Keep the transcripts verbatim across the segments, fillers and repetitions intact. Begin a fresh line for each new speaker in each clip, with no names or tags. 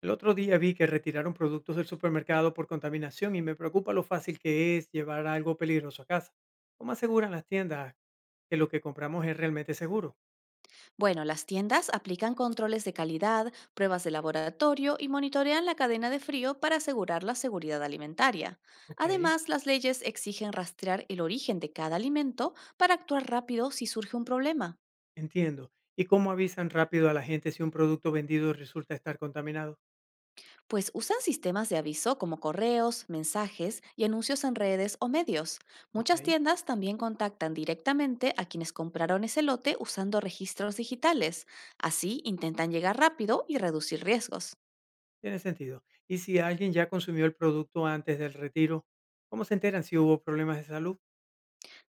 El otro día vi que retiraron productos del supermercado por contaminación y me preocupa lo fácil que es llevar algo peligroso a casa. ¿Cómo aseguran las tiendas que lo que compramos es realmente seguro?
Bueno, las tiendas aplican controles de calidad, pruebas de laboratorio y monitorean la cadena de frío para asegurar la seguridad alimentaria.
Ok,
Además, las leyes exigen rastrear el origen de cada alimento para actuar rápido si surge un problema,
entiendo. ¿Y cómo avisan rápido a la gente si un producto vendido resulta estar contaminado?
pues usan sistemas de aviso como correos, mensajes y anuncios en redes o medios. Muchas
Ok,
tiendas también contactan directamente a quienes compraron ese lote usando registros digitales. Así intentan llegar rápido y reducir riesgos.
tiene sentido. ¿Y si alguien ya consumió el producto antes del retiro? ¿Cómo se enteran si hubo problemas de salud?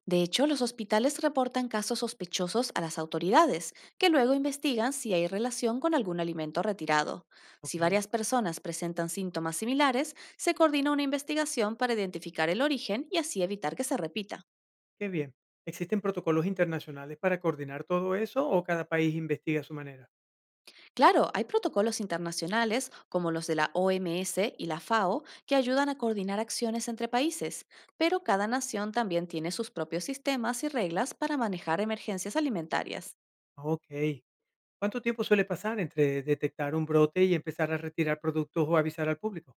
De hecho, los hospitales reportan casos sospechosos a las autoridades, que luego investigan si hay relación con algún alimento retirado. Si
Ok,
varias personas presentan síntomas similares, se coordina una investigación para identificar el origen y así evitar que se repita.
qué bien. ¿Existen protocolos internacionales para coordinar todo eso o cada país investiga a su manera?
Claro, hay protocolos internacionales, como los de la O M S y la F A O, que ayudan a coordinar acciones entre países, pero cada nación también tiene sus propios sistemas y reglas para manejar emergencias alimentarias.
Ok, ¿cuánto tiempo suele pasar entre detectar un brote y empezar a retirar productos o avisar al público?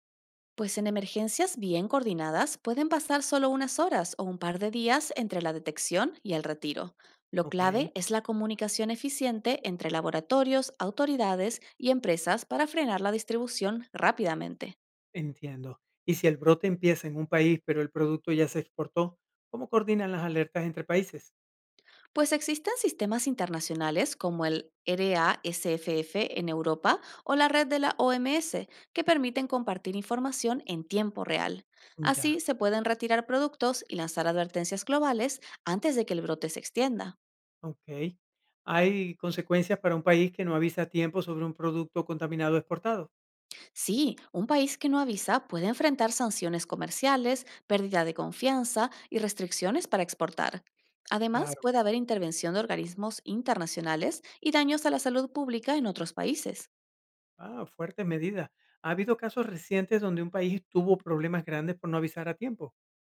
Pues en emergencias bien coordinadas pueden pasar solo unas horas o un par de días entre la detección y el retiro. Lo
Ok,
clave es la comunicación eficiente entre laboratorios, autoridades y empresas para frenar la distribución rápidamente.
entiendo. Y si el brote empieza en un país, pero el producto ya se exportó, ¿cómo coordinan las alertas entre países?
Pues existen sistemas internacionales como el R A S F F en Europa o la red de la O M S que permiten compartir información en tiempo real.
Ya,
Así se pueden retirar productos y lanzar advertencias globales antes de que el brote se extienda.
ok. ¿Hay consecuencias para un país que no avisa a tiempo sobre un producto contaminado exportado?
Sí, un país que no avisa puede enfrentar sanciones comerciales, pérdida de confianza y restricciones para exportar. Además,
Claro.
puede haber intervención de organismos internacionales y daños a la salud pública en otros países.
Ah, fuertes medidas. ¿Ha habido casos recientes donde un país tuvo problemas grandes por no avisar a tiempo?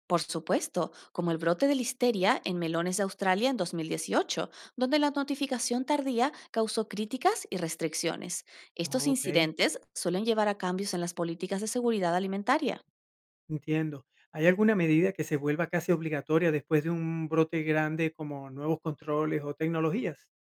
Por supuesto, como el brote de listeria en melones de Australia en dos mil dieciocho, donde la notificación tardía causó críticas y restricciones. Estos
Ok.
incidentes suelen llevar a cambios en las políticas de seguridad alimentaria.
Entiendo. ¿Hay alguna medida que se vuelva casi obligatoria después de un brote grande como nuevos controles o tecnologías?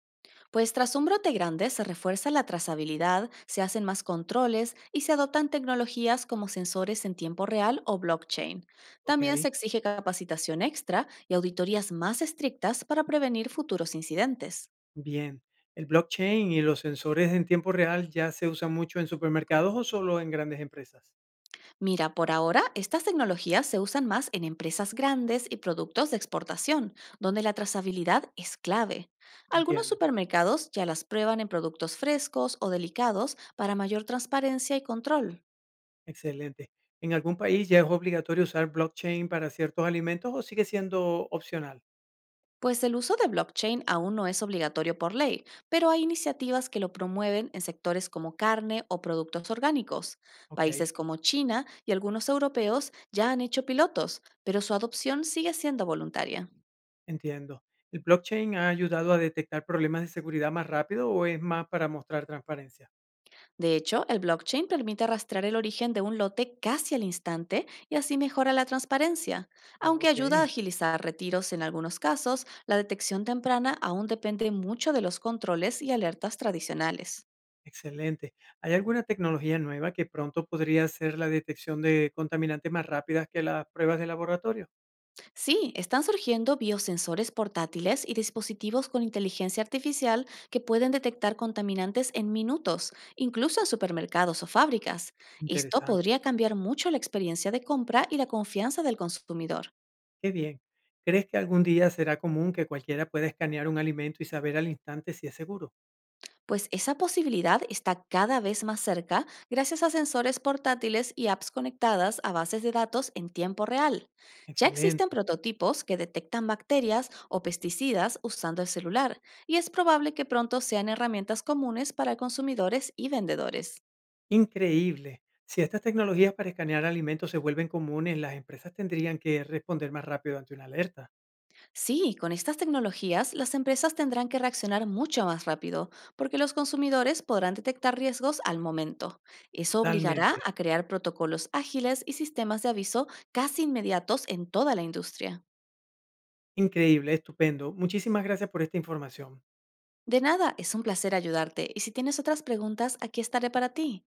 Pues tras un brote grande se refuerza la trazabilidad, se hacen más controles y se adoptan tecnologías como sensores en tiempo real o blockchain.
Ok,
También se exige capacitación extra y auditorías más estrictas para prevenir futuros incidentes.
bien. ¿El blockchain y los sensores en tiempo real ya se usan mucho en supermercados o solo en grandes empresas?
Mira, por ahora estas tecnologías se usan más en empresas grandes y productos de exportación, donde la trazabilidad es clave. Algunos
Entiendo.
supermercados ya las prueban en productos frescos o delicados para mayor transparencia y control.
Excelente. ¿En algún país ya es obligatorio usar blockchain para ciertos alimentos o sigue siendo opcional?
Pues el uso de blockchain aún no es obligatorio por ley, pero hay iniciativas que lo promueven en sectores como carne o productos orgánicos.
Ok,
Países como China y algunos europeos ya han hecho pilotos, pero su adopción sigue siendo voluntaria.
entiendo. ¿El blockchain ha ayudado a detectar problemas de seguridad más rápido o es más para mostrar transparencia?
De hecho, el blockchain permite rastrear el origen de un lote casi al instante y así mejora la transparencia. Aunque
Ok.
ayuda a agilizar retiros en algunos casos, la detección temprana aún depende mucho de los controles y alertas tradicionales.
Excelente. ¿Hay alguna tecnología nueva que pronto podría hacer la detección de contaminantes más rápidas que las pruebas de laboratorio?
Sí, están surgiendo biosensores portátiles y dispositivos con inteligencia artificial que pueden detectar contaminantes en minutos, incluso en supermercados o fábricas. Esto
Interesante.
podría cambiar mucho la experiencia de compra y la confianza del consumidor.
Qué bien. ¿Crees que algún día será común que cualquiera pueda escanear un alimento y saber al instante si es seguro?
Pues esa posibilidad está cada vez más cerca gracias a sensores portátiles y apps conectadas a bases de datos en tiempo real. Ya existen
Excelente.
prototipos que detectan bacterias o pesticidas usando el celular, y es probable que pronto sean herramientas comunes para consumidores y vendedores.
Increíble. Si estas tecnologías para escanear alimentos se vuelven comunes, las empresas tendrían que responder más rápido ante una alerta.
Sí, con estas tecnologías las empresas tendrán que reaccionar mucho más rápido, porque los consumidores podrán detectar riesgos al momento. Eso obligará
Totalmente.
a crear protocolos ágiles y sistemas de aviso casi inmediatos en toda la industria.
Increíble, estupendo. Muchísimas gracias por esta información.
De nada, es un placer ayudarte y si tienes otras preguntas, aquí estaré para ti.